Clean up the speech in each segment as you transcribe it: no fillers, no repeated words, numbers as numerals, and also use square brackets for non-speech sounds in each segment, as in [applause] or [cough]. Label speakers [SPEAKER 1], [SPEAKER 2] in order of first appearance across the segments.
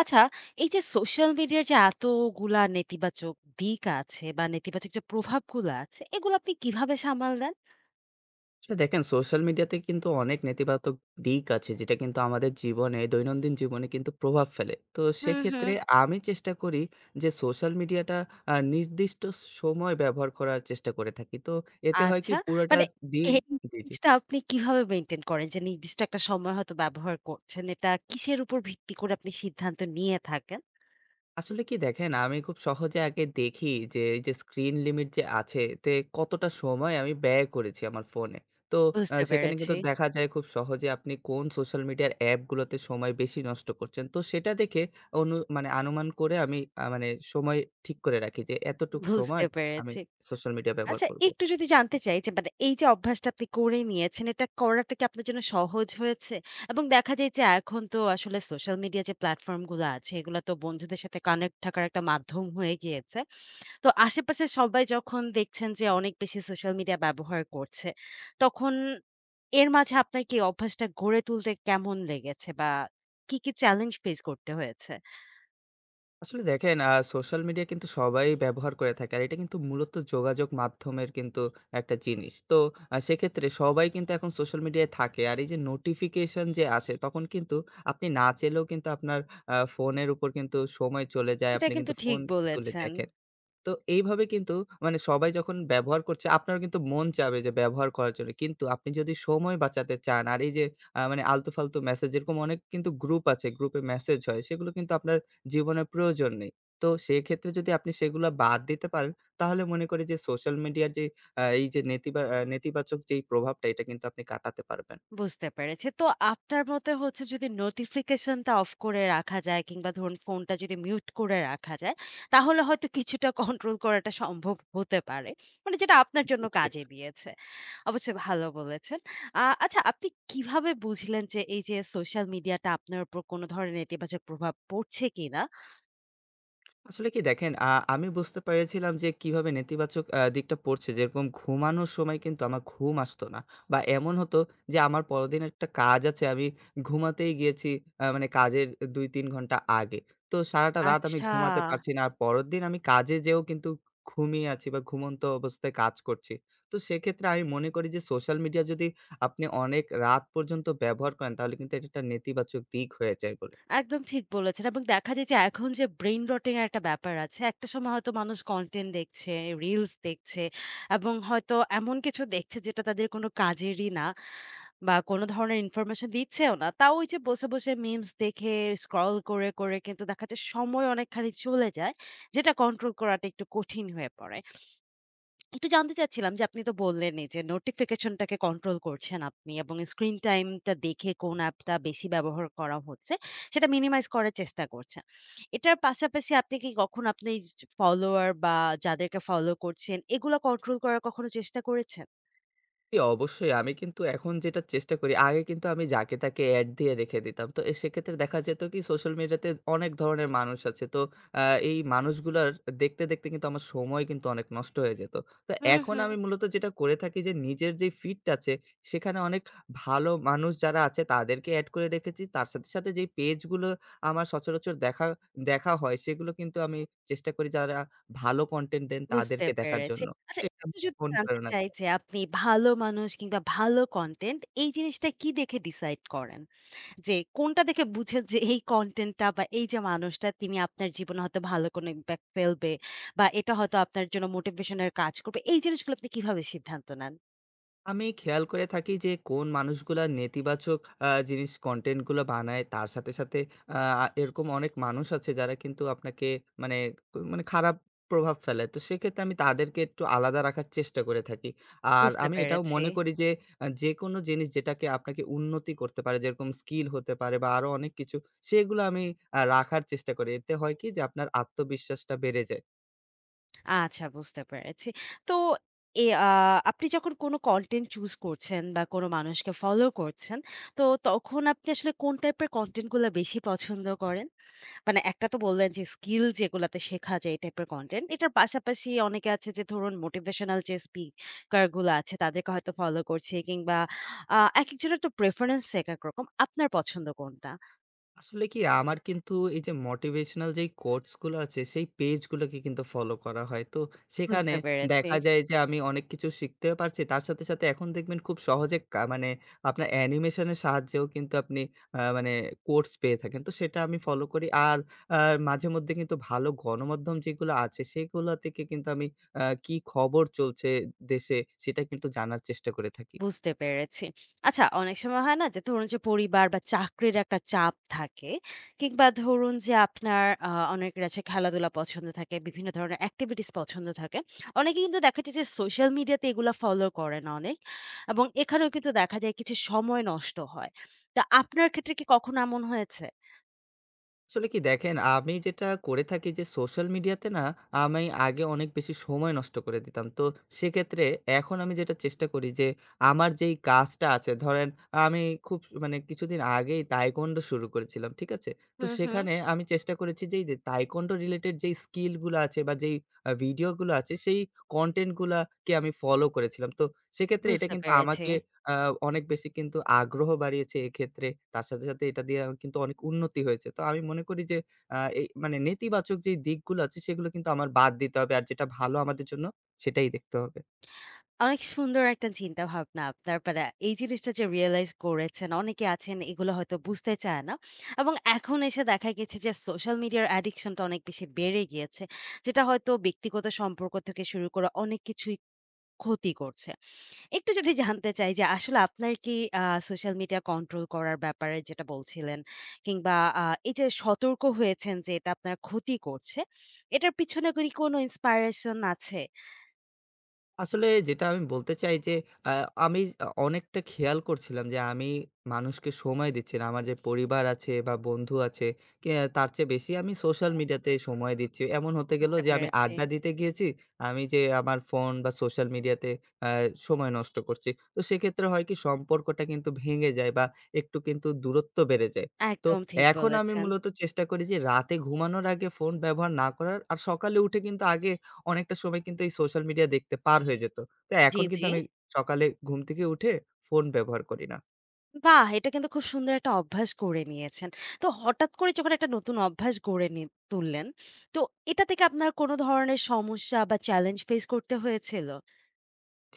[SPEAKER 1] আচ্ছা, এই যে সোশ্যাল মিডিয়ার যে এতগুলা নেতিবাচক দিক আছে বা নেতিবাচক যে প্রভাবগুলো আছে, এগুলো আপনি কিভাবে সামাল দেন?
[SPEAKER 2] আচ্ছা দেখেন, সোশ্যাল মিডিয়াতে কিন্তু অনেক নেতিবাচক দিক আছে যেটা কিন্তু আমাদের জীবনে, দৈনন্দিন জীবনে কিন্তু প্রভাব ফেলে। তো
[SPEAKER 1] হুম,
[SPEAKER 2] সেক্ষেত্রে
[SPEAKER 1] হুম।
[SPEAKER 2] আমি চেষ্টা করি যে সোশ্যাল মিডিয়াটা নির্দিষ্ট সময় ব্যবহার করার চেষ্টা করে থাকি। তো এতে হয় কি,
[SPEAKER 1] আচ্ছা,
[SPEAKER 2] পুরোটা
[SPEAKER 1] মানে
[SPEAKER 2] দিন
[SPEAKER 1] এই
[SPEAKER 2] জি, জি।
[SPEAKER 1] জিনিসটা আপনি কিভাবে মেইনটেইন করেন? যে নির্দিষ্ট একটা সময় হয়তো ব্যবহার করছেন। এটা কিসের উপর ভিত্তি করে আপনি সিদ্ধান্ত নিয়ে থাকেন?
[SPEAKER 2] আসলে কি দেখেন, আমি খুব সহজে আগে দেখি যে এই যে স্ক্রিন লিমিট যে আছে, তে কতটা সময় আমি ব্যয় করেছি আমার ফোনে। তো
[SPEAKER 1] বুঝতে
[SPEAKER 2] সেখানে
[SPEAKER 1] পেরেছি,
[SPEAKER 2] কিন্তু দেখা যায় খুব সহজে আপনি কোন সোশ্যাল মিডিয়ার অ্যাপগুলোতে সময় বেশি নষ্ট করছেন। তো সেটা দেখে অনুমান করে আমি মানে সময় ঠিক করে রাখি যে এতটুক সময়
[SPEAKER 1] বুঝতে
[SPEAKER 2] আমি
[SPEAKER 1] পেরেছি।
[SPEAKER 2] সোশ্যাল মিডিয়া ব্যবহার
[SPEAKER 1] আচ্ছা
[SPEAKER 2] করব।
[SPEAKER 1] একটু যদি জানতে চাই যে মানে এই যে অভ্যাসটা আপনি করে নিয়েছেন এটা করাটা কি আপনার জন্য সহজ হয়েছে? এবং দেখা যায় যে এখন তো আসলে সোশ্যাল মিডিয়া যে প্ল্যাটফর্ম গুলো আছে এগুলা তো বন্ধুদের সাথে কানেক্ট থাকার একটা মাধ্যম হয়ে গিয়েছে। তো আশেপাশে সবাই যখন দেখছেন যে অনেক বেশি সোশ্যাল মিডিয়া ব্যবহার করছে, তখন এর মাঝে আপনার কি অভ্যাসটা গড়ে তুলতে কেমন লেগেছে বা কি, কি চ্যালেঞ্জ ফেস করতে হয়েছে?
[SPEAKER 2] আসলে দেখেন, সোশ্যাল মিডিয়া কিন্তু সবাই ব্যবহার করে থাকে। আর এটা কিন্তু মূলত যোগাযোগ মাধ্যমের কিন্তু একটা জিনিস। তো সেক্ষেত্রে সবাই কিন্তু এখন সোশ্যাল মিডিয়ায় থাকে। আর এই যে নোটিফিকেশন যে আসে, তখন কিন্তু আপনি না চাইলেও কিন্তু আপনার ফোনের উপর কিন্তু সময় চলে যায়।
[SPEAKER 1] এটা
[SPEAKER 2] আপনি
[SPEAKER 1] কিন্তু
[SPEAKER 2] কিন্তু ফোন
[SPEAKER 1] ঠিক
[SPEAKER 2] তুলে
[SPEAKER 1] বলেছেন।
[SPEAKER 2] দেখেন। তো এইভাবে কিন্তু, মানে সবাই যখন ব্যবহার করছে, আপনারও কিন্তু মন চাবে যে ব্যবহার করার জন্য। কিন্তু আপনি যদি সময় বাঁচাতে চান, আর এই যে মানে আলতু-ফালতু মেসেজ, এরকম অনেক কিন্তু গ্রুপ আছে, গ্রুপে মেসেজ হয়। সেগুলো কিন্তু আপনার জীবনে প্রয়োজন নেই। তো সেক্ষেত্রে যদি আপনি সেগুলা বাদ দিতে পারেন, তাহলে মনে করি যে সোশ্যাল মিডিয়ার যে এই যে নেতিবাচক যেই প্রভাবটা, এটা কিন্তু আপনি কাটাতে পারবেন।
[SPEAKER 1] বুঝতে পেরেছি। তো আপনার মতে হচ্ছে যদি নোটিফিকেশনটা অফ করে রাখা যায় কিংবা ধরুন ফোনটা যদি মিউট করে রাখা যায়, তাহলে হয়তো কিছুটা [laughs] কন্ট্রোল করাটা সম্ভব হতে পারে। মানে যেটা আপনার জন্য
[SPEAKER 2] ঠিক।
[SPEAKER 1] কাজে দিয়েছে। অবশ্যই ভালো বলেছেন। আচ্ছা আপনি কিভাবে বুঝলেন যে এই যে সোশ্যাল মিডিয়াটা আপনার উপর কোনো ধরনের নেতিবাচক প্রভাব পড়ছে কিনা?
[SPEAKER 2] আসলে কি দেখেন, আমি বুঝতে পেরেছিলাম যে কিভাবে নেতিবাচক দিকটা পড়ছে। যেরকম ঘুমানোর সময় কিন্তু আমার ঘুম আসতো না। বা এমন হতো যে আমার পরদিন একটা কাজ আছে, আমি ঘুমাতেই গিয়েছি মানে কাজের ২-৩ ঘন্টা আগে। তো সারাটা রাত আমি
[SPEAKER 1] আচ্ছা।
[SPEAKER 2] ঘুমাতে পারছি না। আর পরের দিন আমি কাজে যেয়েও কিন্তু ঘুমিয়ে আছি বা ঘুমন্ত অবস্থায় কাজ করছি। তো সেক্ষেত্রে আমি মনে করি যে সোশ্যাল মিডিয়া যদি আপনি অনেক রাত পর্যন্ত ব্যবহার করেন তাহলে কিন্তু এটা একটা নেতিবাচক দিক হয়ে যায় বলে।
[SPEAKER 1] একদম ঠিক বলেছেন এবং দেখা যায় যে এখন যে ব্রেইন রটিং এর একটা ব্যাপার আছে। একটা সময় হয়তো মানুষ কনটেন্ট দেখছে, রিলস দেখছে এবং হয়তো এমন কিছু দেখছে যেটা তাদের কোনো কাজেরই না বা কোনো ধরনের ইনফরমেশন দিচ্ছেও না। তাও ওই যে বসে, বসে মিমস দেখে স্ক্রল করে, করে কিন্তু দেখা যায় সময় অনেকখানি চলে যায়। যেটা কন্ট্রোল করাটা একটু কঠিন হয়ে পড়ে। একটু জানতে চাচ্ছিলাম যে আপনি তো বললেনই যে নোটিফিকেশনটাকে কন্ট্রোল করছেন আপনি এবং স্ক্রিন টাইমটা দেখে কোন অ্যাপটা বেশি ব্যবহার করা হচ্ছে সেটা মিনিমাইজ করার চেষ্টা করছেন। এটার পাশাপাশি আপনি কি কখনো আপনি ফলোয়ার বা যাদেরকে ফলো করছেন এগুলো কন্ট্রোল করার কখনো চেষ্টা করেছেন?
[SPEAKER 2] জি, অবশ্যই। আমি কিন্তু এখন যেটা চেষ্টা করি, আগে কিন্তু আমি যাকে তাকে এড দিয়ে রেখে দিতাম। তো সেক্ষেত্রে দেখা যেত কি সোশ্যাল মিডিয়াতে অনেক ধরনের মানুষ আছে। তো আ এই মানুষগুলার দেখতে, দেখতে কিন্তু আমার সময় কিন্তু অনেক নষ্ট হয়ে যেত। তো
[SPEAKER 1] হুম,
[SPEAKER 2] এখন
[SPEAKER 1] হুম।
[SPEAKER 2] আমি মূলত যেটা করে থাকি যে, নিজের যে ফিডটা আছে সেখানে অনেক ভালো মানুষ যারা আছে তাদেরকে এড করে রেখেছি। তার সাথে, সাথে যেই পেজগুলো আমার সচরাচর দেখা দেখা হয় সেগুলো কিন্তু আমি চেষ্টা করি যারা ভালো কনটেন্ট দেন
[SPEAKER 1] বুঝতে
[SPEAKER 2] তাদেরকে দেখার
[SPEAKER 1] পেরেছি।
[SPEAKER 2] জন্য। তো
[SPEAKER 1] আচ্ছা
[SPEAKER 2] এটা
[SPEAKER 1] একটু
[SPEAKER 2] আমাকে
[SPEAKER 1] যদি জানতে
[SPEAKER 2] অনুপ্রেরণা।
[SPEAKER 1] চাই যে আপনি ভালো মানুষ কিংবা ভালো কনটেন্ট এই জিনিসটা কি দেখে ডিসাইড করেন? যে কোনটা দেখে বুঝেন যে এই কনটেন্টটা বা এই যে মানুষটা তিনি আপনার জীবনে হয়তো ভালো কোনো ইমপ্যাক্ট ফেলবে বা এটা হয়তো আপনার জন্য মোটিভেশনের কাজ করবে। এই জিনিসগুলো আপনি কিভাবে সিদ্ধান্ত নেন?
[SPEAKER 2] আমি খেয়াল করে থাকি যে কোন মানুষগুলা নেতিবাচক জিনিস, কনটেন্ট গুলো বানায়। তার সাথে, সাথে আ এরকম অনেক মানুষ আছে যারা কিন্তু আপনাকে মানে ক মানে খারাপ প্রভাব ফেলে। তো সেক্ষেত্রে আমি তাদেরকে একটু আলাদা রাখার চেষ্টা করে থাকি। আর
[SPEAKER 1] বুঝতে
[SPEAKER 2] আমি এটাও
[SPEAKER 1] পেরেছি।
[SPEAKER 2] মনে করি যে যেকোনো জিনিস যেটাকে আপনাকে উন্নতি করতে পারে, যেরকম স্কিল হতে পারে বা আরো অনেক কিছু, সেগুলো আমি রাখার চেষ্টা করি। এতে হয় কি যে আপনার আত্মবিশ্বাসটা বেড়ে যায়।
[SPEAKER 1] আচ্ছা বুঝতে পেরেছি। তো এ আ আপনি যখন কোনো কনটেন্ট চুজ করছেন বা কোনো মানুষকে ফলো করছেন, তো তখন আপনি আসলে কোন টাইপের কনটেন্ট গুলা বেশি পছন্দ করেন? মানে একটা তো বললেন যে স্কিল যেগুলাতে শেখা যায় এই টাইপের কনটেন্ট। এটার পাশাপাশি অনেকে আছে যে ধরুন মোটিভেশনাল যে স্পিকার গুলো আছে তাদেরকে হয়তো ফলো করছে কিংবা আ একেকজনের তো প্রেফারেন্স একেক রকম। আপনার পছন্দ কোনটা?
[SPEAKER 2] আসলে কি, আমার কিন্তু এই যে মোটিভেশনাল যেই কোটস গুলো আছে সেই পেজ গুলোকে কিন্তু ফলো করা হয়। তো সেখানে
[SPEAKER 1] বুঝতে পেরেছি,
[SPEAKER 2] দেখা যায় যে আমি অনেক কিছু শিখতেও পারছি। তার সাথে, সাথে এখন দেখবেন খুব সহজে মানে আপনার অ্যানিমেশন এর সাহায্যেও কিন্তু আপনি মানে কোটস পেয়ে থাকেন। তো সেটা আমি ফলো করি। আর আ মাঝেমধ্যে কিন্তু ভালো গণমাধ্যম যেগুলো আছে সেগুলা থেকে কিন্তু আমি কি খবর চলছে দেশে সেটা কিন্তু জানার চেষ্টা করে থাকি।
[SPEAKER 1] বুঝতে পেরেছি। আচ্ছা অনেক সময় হয় না যে ধরুন যে পরিবার বা চাকরির একটা চাপ থাকে কিংবা ধরুন যে আপনার অনেকের আছে খেলাধুলা পছন্দ থাকে, বিভিন্ন ধরনের অ্যাক্টিভিটিস পছন্দ থাকে। অনেকে কিন্তু দেখা যায় যে সোশ্যাল মিডিয়াতে এগুলা ফলো করে না অনেক। এবং এখানেও কিন্তু দেখা যায় কিছু সময় নষ্ট হয়। তা আপনার ক্ষেত্রে কি কখনো এমন হয়েছে?
[SPEAKER 2] আসলে কি দেখেন, আমি যেটা করে থাকি যে সোশ্যাল মিডিয়াতে না, আমি আগে অনেক বেশি সময় নষ্ট করে দিতাম। তো সেক্ষেত্রে এখন আমি যেটা চেষ্টা করি যে আমার যেই কাজটা আছে ধরেন, আমি খুব মানে কিছুদিন আগেই তাইকোয়ান্ডো শুরু করেছিলাম। ঠিক আছে? তো
[SPEAKER 1] হুম, হুম।
[SPEAKER 2] সেখানে আমি চেষ্টা করেছি যে এই যে তাইকোয়ান্ডো রিলেটেড যেই স্কিল গুলা আছে বা যেই ভিডিও গুলো আছে সেই কনটেন্ট গুলাকে আমি ফলো করেছিলাম। তো সেক্ষেত্রে এটা
[SPEAKER 1] বুঝতে
[SPEAKER 2] কিন্তু
[SPEAKER 1] পেরেছি।
[SPEAKER 2] আমাকে আ অনেক বেশি কিন্তু আগ্রহ বাড়িয়েছে এক্ষেত্রে। তার সাথে, সাথে এটা দিয়ে আমার কিন্তু অনেক উন্নতি হয়েছে। তো আমি মনে করি যে এই মানে নেতিবাচক যেই দিকগুলো আছে সেগুলো কিন্তু আমার বাদ দিতে হবে। আর যেটা ভালো আমাদের জন্য সেটাই দেখতে হবে।
[SPEAKER 1] অনেক সুন্দর একটা চিন্তাভাবনা আপনার। মানে এই জিনিসটা যে রিয়ালাইজ করেছেন, অনেকে আছেন এগুলো হয়তো বুঝতে চায় না। এবং এখন এসে দেখা গেছে যে সোশ্যাল মিডিয়ার অ্যাডিকশন টা অনেক বেশি বেড়ে গিয়েছে। যেটা হয়তো ব্যক্তিগত সম্পর্ক থেকে শুরু করে অনেক কিছুই ক্ষতি করছে। একটু যদি জানতে চাই যে আসলে আপনার কি আ সোশ্যাল মিডিয়া কন্ট্রোল করার ব্যাপারে যেটা বলছিলেন কিংবা আ এই যে সতর্ক হয়েছেন যে এটা আপনার ক্ষতি করছে, এটার পিছনে কি কোনো ইন্সপায়ারেশন আছে?
[SPEAKER 2] আসলে যেটা আমি বলতে চাই যে আ আমি অনেকটা খেয়াল করছিলাম যে আমি মানুষকে সময় দিচ্ছি না। আমার যে পরিবার আছে বা বন্ধু আছে, কে তার চেয়ে বেশি আমি সোশ্যাল মিডিয়াতে সময় দিচ্ছি। এমন হতে গেল
[SPEAKER 1] বুঝতে
[SPEAKER 2] যে আমি
[SPEAKER 1] পেরেছি।
[SPEAKER 2] আড্ডা দিতে গিয়েছি, আমি যে আমার ফোন বা সোশ্যাল মিডিয়াতে আ সময় নষ্ট করছি। তো সেক্ষেত্রে হয় কি, সম্পর্কটা কিন্তু ভেঙে যায় বা একটু কিন্তু দূরত্ব বেড়ে যায়। তো
[SPEAKER 1] একদম ঠিক
[SPEAKER 2] এখন আমি
[SPEAKER 1] বলেছেন।
[SPEAKER 2] মূলত চেষ্টা করি যে রাতে ঘুমানোর আগে ফোন ব্যবহার না করার, আর সকালে উঠে কিন্তু আগে অনেকটা সময় কিন্তু এই সোশ্যাল মিডিয়া দেখতে পার হয়ে যেত। তো
[SPEAKER 1] জি,
[SPEAKER 2] এখন কিন্তু
[SPEAKER 1] জি।
[SPEAKER 2] আমি সকালে ঘুম থেকে উঠে ফোন ব্যবহার করি না।
[SPEAKER 1] বাহ! এটা কিন্তু খুব সুন্দর একটা অভ্যাস গড়ে নিয়েছেন। তো হঠাৎ করে যখন একটা নতুন অভ্যাস গড়ে তুললেন, তো এটা থেকে আপনার কোনো ধরনের সমস্যা বা চ্যালেঞ্জ ফেস করতে হয়েছিল?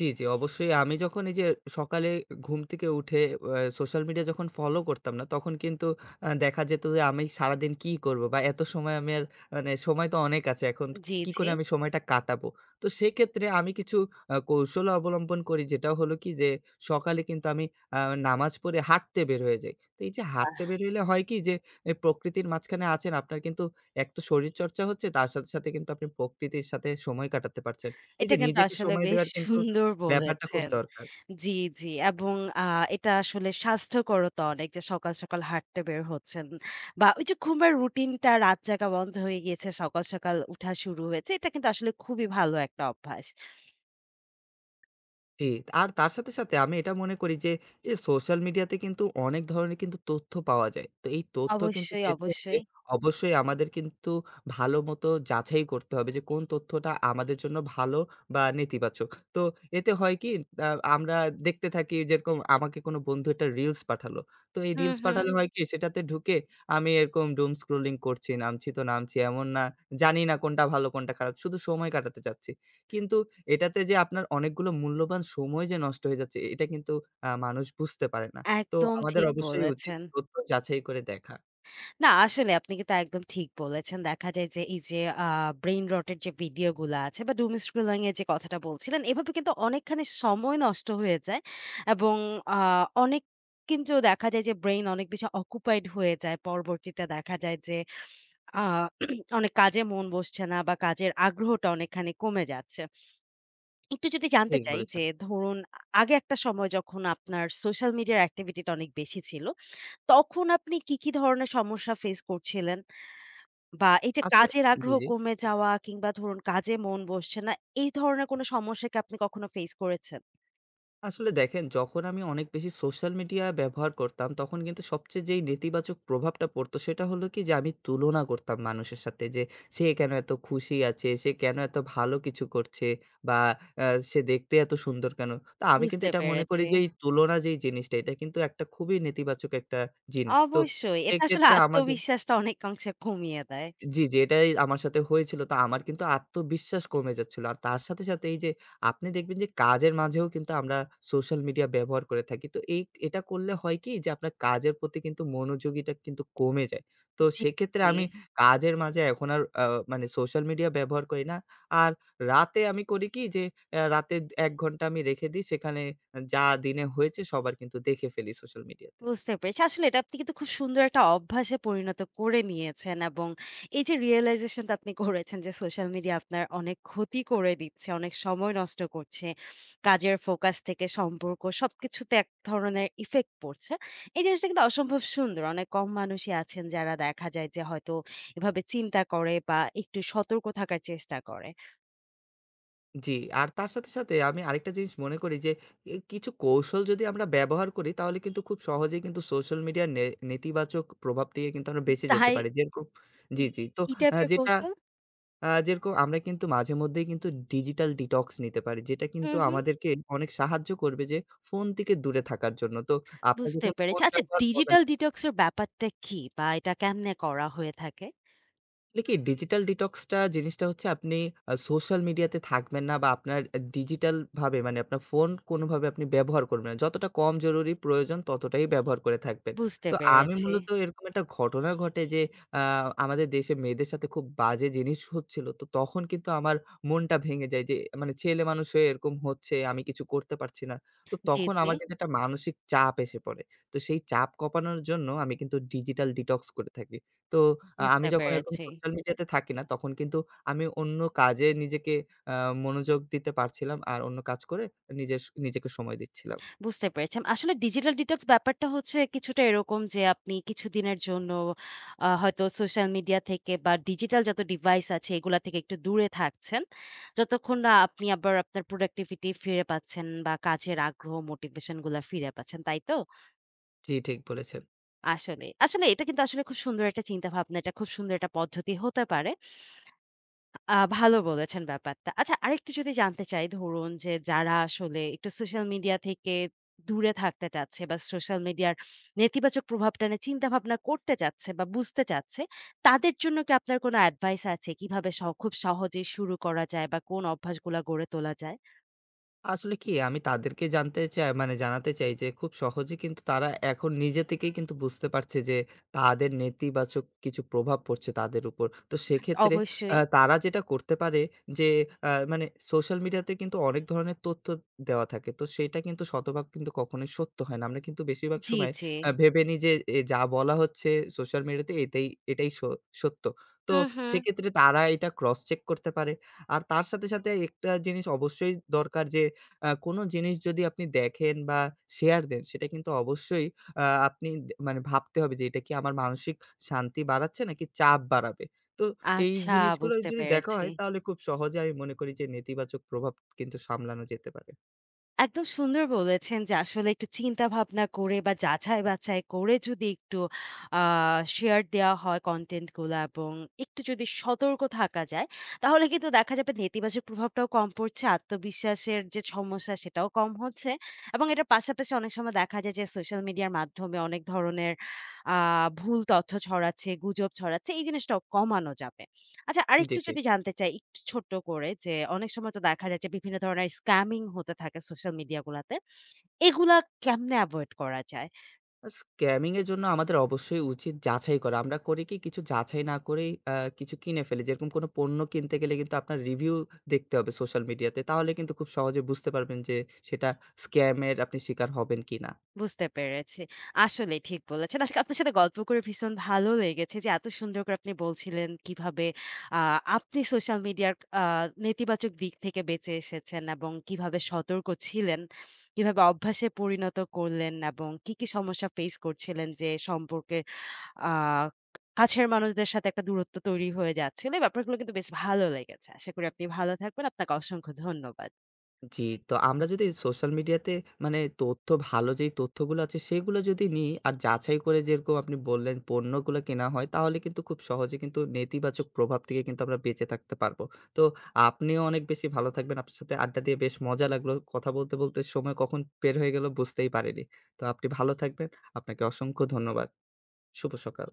[SPEAKER 2] জি, জি, অবশ্যই। আমি যখন এই যে সকালে ঘুম থেকে উঠে সোশ্যাল মিডিয়া যখন ফলো করতাম না, তখন কিন্তু দেখা যেত যে আমি সারাদিন কি করব? বা এত সময় আমি, আর মানে সময় তো অনেক আছে। এখন
[SPEAKER 1] জি,
[SPEAKER 2] কি
[SPEAKER 1] জি।
[SPEAKER 2] করে আমি সময়টা কাটাবো? তো সেক্ষেত্রে আমি কিছু কৌশল অবলম্বন করি, যেটা হলো কি যে সকালে কিন্তু আমি আ নামাজ পড়ে হাঁটতে বের হয়ে যাই। তো এই যে হাঁটতে বের হইলে হয় কি যে, এই প্রকৃতির মাঝখানে আছেন, আপনার কিন্তু এক তো শরীরচর্চা হচ্ছে, তার সাথে, সাথে কিন্তু আপনি প্রকৃতির সাথে সময় কাটাতে পারছেন। এই যে
[SPEAKER 1] এটা কিন্তু
[SPEAKER 2] নিজেকে
[SPEAKER 1] আসলে
[SPEAKER 2] সময়
[SPEAKER 1] বেশ
[SPEAKER 2] দেওয়ার কিন্তু
[SPEAKER 1] সুন্দর
[SPEAKER 2] ব্যাপারটা খুব
[SPEAKER 1] বলেছেন।
[SPEAKER 2] দরকার।
[SPEAKER 1] জি, জি এবং এটা আসলে স্বাস্থ্যকরও তো অনেক যে সকাল, সকাল হাঁটতে বের হচ্ছেন বা ওই যে ঘুমের রুটিনটা রাত জাগা বন্ধ হয়ে গিয়েছে, সকাল, সকাল উঠা শুরু হয়েছে। এটা কিন্তু আসলে খুবই ভালো একটা অভ্যাস।
[SPEAKER 2] জি, আর তার সাথে, সাথে আমি এটা মনে করি যে এই সোশ্যাল মিডিয়াতে কিন্তু অনেক ধরনের কিন্তু তথ্য পাওয়া যায়। তো এই তথ্য কিন্তু
[SPEAKER 1] অবশ্যই,
[SPEAKER 2] পেতে হলে
[SPEAKER 1] অবশ্যই।
[SPEAKER 2] অবশ্যই আমাদের কিন্তু ভালো মতো যাচাই করতে হবে যে কোন তথ্যটা আমাদের জন্য ভালো বা নেতিবাচক। তো এতে হয় কি, আ আমরা দেখতে থাকি, যেরকম আমাকে কোনো বন্ধু একটা রিলস পাঠালো। তো এই
[SPEAKER 1] হুম,
[SPEAKER 2] রিলস
[SPEAKER 1] হুম।
[SPEAKER 2] পাঠালে হুম, হয় কি সেটাতে ঢুকে আমি এরকম doom scrolling করছি, নামছি তো নামছি। এমন না, জানি না কোনটা ভালো কোনটা খারাপ। শুধু সময় কাটাতে চাচ্ছি। কিন্তু এটাতে যে আপনার অনেকগুলো মূল্যবান সময় যে নষ্ট হয়ে যাচ্ছে, এটা কিন্তু মানুষ বুঝতে পারে না। তো
[SPEAKER 1] একদম
[SPEAKER 2] আমাদের
[SPEAKER 1] ঠিক
[SPEAKER 2] অবশ্যই উচিত
[SPEAKER 1] বলেছেন।
[SPEAKER 2] তথ্য যাচাই করে দেখা।
[SPEAKER 1] না, আসলে আপনি কিন্তু একদম ঠিক বলেছেন। দেখা যায় যে এই যে আ ব্রেইন রট এর যে ভিডিও গুলা আছে বা doom scrolling এর যে কথাটা বলছিলেন, এভাবে কিন্তু অনেকখানি সময় নষ্ট হয়ে যায় এবং আ অনেক কিন্তু দেখা যায় যে ব্রেইন অনেক বেশি অকুপাইড হয়ে যায়। পরবর্তীতে দেখা যায় যে আ [clears throat] অনেক কাজে মন বসছে না বা কাজের আগ্রহটা অনেকখানি কমে যাচ্ছে। একটু যদি জানতে
[SPEAKER 2] ঠিক
[SPEAKER 1] চাই
[SPEAKER 2] বলেছেন।
[SPEAKER 1] যে ধরুন আগে একটা সময় যখন আপনার সোশ্যাল মিডিয়ার অ্যাক্টিভিটি টা অনেক বেশি ছিল, তখন আপনি কি, কি ধরনের সমস্যা ফেস করছিলেন? বা এই যে
[SPEAKER 2] আসলে
[SPEAKER 1] কাজের
[SPEAKER 2] জি,
[SPEAKER 1] আগ্রহ
[SPEAKER 2] জি।
[SPEAKER 1] কমে
[SPEAKER 2] ঠিক।
[SPEAKER 1] যাওয়া কিংবা ধরুন কাজে মন বসছে না, এই ধরনের কোনো সমস্যা কি আপনি কখনো ফেস করেছেন?
[SPEAKER 2] আসলে দেখেন, যখন আমি অনেক বেশি সোশ্যাল মিডিয়া ব্যবহার করতাম, তখন কিন্তু সবচেয়ে যেই নেতিবাচক প্রভাবটা পড়তো, সেটা হলো কি যে আমি তুলনা করতাম মানুষের সাথে যে, "সে কেন এত খুশি আছে? সে কেন এত ভালো কিছু করছে? বা আ সে দেখতে এত সুন্দর কেন?" তো আমি কিন্তু
[SPEAKER 1] বুঝতে
[SPEAKER 2] এটা মনে করি
[SPEAKER 1] পেরেছি।
[SPEAKER 2] যে এই তুলনা যেই জিনিসটা, এটা কিন্তু একটা খুবই নেতিবাচক একটা জিনিস। তো
[SPEAKER 1] অবশ্যই এটা আসলে
[SPEAKER 2] সেক্ষেত্রে আমাদের
[SPEAKER 1] আত্মবিশ্বাসটা অনেকাংশে কমিয়ে দেয়।
[SPEAKER 2] জি, জি, এটাই আমার সাথে হয়েছিল। তো আমার কিন্তু আত্মবিশ্বাস কমে যাচ্ছিল। আর তার সাথে, সাথে এই যে, আপনি দেখবেন যে কাজের মাঝেও কিন্তু আমরা সোশ্যাল মিডিয়া ব্যবহার করে থাকি। তো এটা করলে হয় কি যে আপনার কাজের প্রতি কিন্তু মনোযোগীটা কিন্তু কমে যায়। তো
[SPEAKER 1] জি,
[SPEAKER 2] সেক্ষেত্রে
[SPEAKER 1] জি।
[SPEAKER 2] আমি কাজের মাঝে এখন আর মানে সোশ্যাল মিডিয়া ব্যবহার করি না। আর রাতে আমি করি কি যে রাতে ১ ঘন্টা আমি রেখে দিই। সেখানে যা দিনে হয়েছে সবার কিন্তু দেখে ফেলি সোশ্যাল মিডিয়াতে।
[SPEAKER 1] বুঝতে পেরেছি। আসলে এটা আপনি কিন্তু খুব সুন্দর একটা অভ্যাসে পরিণত করে নিয়েছেন এবং এই যে realization টা আপনি করেছেন যে সোশ্যাল মিডিয়া আপনার অনেক ক্ষতি করে দিচ্ছে, অনেক সময় নষ্ট করছে। কাজের ফোকাস থেকে সম্পর্ক সবকিছুতে এক ধরনের ইফেক্ট পড়ছে। এই জিনিসটা কিন্তু অসম্ভব সুন্দর। অনেক কম মানুষই আছেন যারা দেখা যায় যে হয়তো এভাবে চিন্তা করে বা একটু সতর্ক থাকার চেষ্টা করে।
[SPEAKER 2] জি, আর তার সাথে, সাথে আমি আরেকটা জিনিস মনে করি যে, এ কিছু কৌশল যদি আমরা ব্যবহার করি তাহলে কিন্তু খুব সহজেই কিন্তু সোশ্যাল মিডিয়ার নেতিবাচক প্রভাব থেকে কিন্তু আমরা বেঁচে যেতে
[SPEAKER 1] তাই
[SPEAKER 2] পারি। যেরকম জি, জি। তো
[SPEAKER 1] কি
[SPEAKER 2] আ
[SPEAKER 1] টাইপের
[SPEAKER 2] যেটা
[SPEAKER 1] কৌশল?
[SPEAKER 2] আ যেরকম আমরা কিন্তু মাঝে মধ্যেই কিন্তু ডিজিটাল ডিটক্স নিতে পারি। যেটা
[SPEAKER 1] হু,
[SPEAKER 2] কিন্তু
[SPEAKER 1] হু।
[SPEAKER 2] আমাদেরকে অনেক সাহায্য করবে যে ফোন থেকে দূরে থাকার জন্য। তো আপনার
[SPEAKER 1] বুঝতে
[SPEAKER 2] যখন ফোন
[SPEAKER 1] পেরেছি। আচ্ছা
[SPEAKER 2] ব্যবহার হবে
[SPEAKER 1] ডিজিটাল ডিটক্স এর ব্যাপারটা কি? বা এটা কেমনে করা হয়ে থাকে?
[SPEAKER 2] আসলে কি, ডিজিটাল ডিটক্স টা জিনিসটা হচ্ছে আপনি সোশ্যাল মিডিয়াতে থাকবেন না, বা আপনার ডিজিটাল ভাবে মানে আপনার ফোন কোনভাবে আপনি ব্যবহার করবেন না। যতটা কম জরুরি প্রয়োজন ততটাই ব্যবহার করে থাকবেন।
[SPEAKER 1] বুঝতে
[SPEAKER 2] তো আমি
[SPEAKER 1] পেরেছি।
[SPEAKER 2] মূলত এরকম একটা ঘটনা ঘটে যে আ আমাদের দেশে মেয়েদের সাথে খুব বাজে জিনিস হচ্ছিল। তো তখন কিন্তু আমার মনটা ভেঙে যায় যে, মানে ছেলে মানুষ হয়ে এরকম হচ্ছে, আমি কিছু করতে পারছি না। তো
[SPEAKER 1] জি,
[SPEAKER 2] তখন
[SPEAKER 1] জি।
[SPEAKER 2] আমার কিন্তু একটা মানসিক চাপ এসে পড়ে। তো সেই চাপ কপানোর জন্য আমি কিন্তু ডিজিটাল ডিটক্স করে থাকি। তো আমি
[SPEAKER 1] বুঝতে
[SPEAKER 2] যখন এরকম
[SPEAKER 1] পেরেছি।
[SPEAKER 2] সোশ্যাল মিডিয়াতে থাকি না, তখন কিন্তু আমি অন্য কাজে নিজেকে আ মনোযোগ দিতে পারছিলাম। আর অন্য কাজ করে নিজের নিজেকে সময় দিচ্ছিলাম।
[SPEAKER 1] বুঝতে পেরেছি। আসলে ডিজিটাল ডিটক্স ব্যাপারটা হচ্ছে কিছুটা এরকম যে আপনি কিছুদিনের জন্য হয়তো সোশ্যাল মিডিয়া থেকে বা ডিজিটাল যত ডিভাইস আছে এগুলা থেকে একটু দূরে থাকছেন। যতক্ষণ না আপনি আবার আপনার প্রোডাক্টিভিটি ফিরে পাচ্ছেন বা কাজের আগ্রহ মোটিভেশন গুলা ফিরে পাচ্ছেন। তাই তো?
[SPEAKER 2] জি, ঠিক বলেছেন।
[SPEAKER 1] আসলে, আসলে এটা কিন্তু আসলে খুব সুন্দর একটা চিন্তাভাবনা। এটা খুব সুন্দর একটা পদ্ধতি হতে পারে। ভালো বলেছেন ব্যাপারটা। আচ্ছা আরেকটু যদি জানতে চাই ধরুন যে যারা আসলে একটু সোশ্যাল মিডিয়া থেকে দূরে থাকতে চাচ্ছে বা সোশ্যাল মিডিয়ার নেতিবাচক প্রভাবটা নিয়ে চিন্তাভাবনা করতে চাচ্ছে বা বুঝতে চাচ্ছে, তাদের জন্য কি আপনার কোনো অ্যাডভাইস আছে? কিভাবে খুব সহজে শুরু করা যায় বা কোন অভ্যাসগুলা গড়ে তোলা যায়?
[SPEAKER 2] আসলে কি, আমি তাদেরকে জানতে চাই মানে জানাতে চাই যে খুব সহজে কিন্তু তারা এখন নিজে থেকেই কিন্তু বুঝতে পারছে যে তাদের নেতিবাচক কিছু প্রভাব পড়ছে তাদের উপর। তো সেক্ষেত্রে
[SPEAKER 1] অবশ্যই।
[SPEAKER 2] তারা যেটা করতে পারে যে মানে সোশ্যাল মিডিয়াতে কিন্তু অনেক ধরনের তথ্য দেওয়া থাকে। তো সেটা কিন্তু শতভাগ কিন্তু কখনোই সত্য হয় না। আমরা কিন্তু বেশিরভাগ
[SPEAKER 1] জি,
[SPEAKER 2] সময়
[SPEAKER 1] জি।
[SPEAKER 2] ভেবে নিই যে, এ যা বলা হচ্ছে সোশ্যাল মিডিয়াতে এটাই এটাই স সত্য। তো
[SPEAKER 1] হুম, হুম।
[SPEAKER 2] সেক্ষেত্রে তারা এটা ক্রস চেক করতে পারে। আর তার সাথে, সাথে একটা জিনিস অবশ্যই দরকার যে কোনো জিনিস যদি আপনি দেখেন বা শেয়ার দেন, সেটা কিন্তু অবশ্যই আ আপনি দে মানে ভাবতে হবে যে, এটা কি আমার মানসিক শান্তি বাড়াচ্ছে নাকি চাপ বাড়াবে? তো এই
[SPEAKER 1] আচ্ছা
[SPEAKER 2] জিনিসগুলো
[SPEAKER 1] বুঝতে
[SPEAKER 2] যদি দেখা
[SPEAKER 1] পেরেছি।
[SPEAKER 2] হয়, তাহলে খুব সহজে আমি মনে করি যে নেতিবাচক প্রভাব কিন্তু সামলানো যেতে পারে।
[SPEAKER 1] একদম সুন্দর বলেছেন যে আসলে একটু চিন্তা ভাবনা করে বা যাচাই বাছাই করে যদি একটু শেয়ার দেওয়া হয় কন্টেন্ট গুলো এবং একটু যদি সতর্ক থাকা যায় তাহলে কিন্তু দেখা যাবে নেতিবাচক প্রভাবটাও কম পড়ছে আত্মবিশ্বাসের যে সমস্যা সেটাও কম হচ্ছে এবং এটার পাশাপাশি অনেক সময় দেখা যায় যে সোশ্যাল মিডিয়ার মাধ্যমে অনেক ধরনের ভুল তথ্য ছড়াচ্ছে গুজব ছড়াচ্ছে এই জিনিসটাও কমানো যাবে। আচ্ছা
[SPEAKER 2] জি,
[SPEAKER 1] আরেকটু
[SPEAKER 2] জি।
[SPEAKER 1] যদি জানতে চাই একটু ছোট্ট করে যে অনেক সময় তো দেখা যায় যে বিভিন্ন ধরনের স্ক্যামিং হতে থাকে সোশ্যাল মিডিয়া গুলাতে। এগুলা কেমনে এভয়েড করা যায়?
[SPEAKER 2] স্ক্যামিং এর জন্য আমাদের অবশ্যই উচিত যাচাই করা। আমরা করি কি কিছু যাচাই না করেই কিছু কিনে ফেলি। যেরকম কোনো পণ্য কিনতে গেলে কিন্তু আপনার রিভিউ দেখতে হবে সোশ্যাল মিডিয়াতে। তাহলে কিন্তু খুব সহজে বুঝতে পারবেন যে সেটা স্ক্যাম এর আপনি শিকার হবেন কিনা।
[SPEAKER 1] বুঝতে পেরেছি। আসলেই ঠিক বলেছেন। আজকে আপনার সাথে গল্প করে ভীষণ ভালো লেগেছে যে এত সুন্দর করে আপনি বলছিলেন কিভাবে আ আপনি সোশ্যাল মিডিয়ার আ নেতিবাচক দিক থেকে বেঁচে এসেছেন এবং কিভাবে সতর্ক ছিলেন, কিভাবে অভ্যাসে পরিণত করলেন এবং কি, কি সমস্যা ফেস করছিলেন যে সম্পর্কের আ কাছের মানুষদের সাথে একটা দূরত্ব তৈরি হয়ে যাচ্ছিল। এই ব্যাপারগুলো কিন্তু বেশ ভালো লেগেছে। আশা করি আপনি ভালো থাকবেন। আপনাকে অসংখ্য ধন্যবাদ।
[SPEAKER 2] জি, তো আমরা যদি সোশ্যাল মিডিয়াতে মানে তথ্য, ভালো যেই তথ্যগুলো আছে সেগুলো যদি নিই আর যাচাই করে যেরকম আপনি বললেন পণ্যগুলো কেনা হয়, তাহলে কিন্তু খুব সহজে কিন্তু নেতিবাচক প্রভাব থেকে কিন্তু আমরা বেঁচে থাকতে পারবো। তো আপনিও অনেক বেশি ভালো থাকবেন। আপনার সাথে আড্ডা দিয়ে বেশ মজা লাগলো। কথা বলতে, বলতে সময় কখন বের হয়ে গেল বুঝতেই পারিনি। তো আপনি ভালো থাকবেন। আপনাকে অসংখ্য ধন্যবাদ। শুভ সকাল।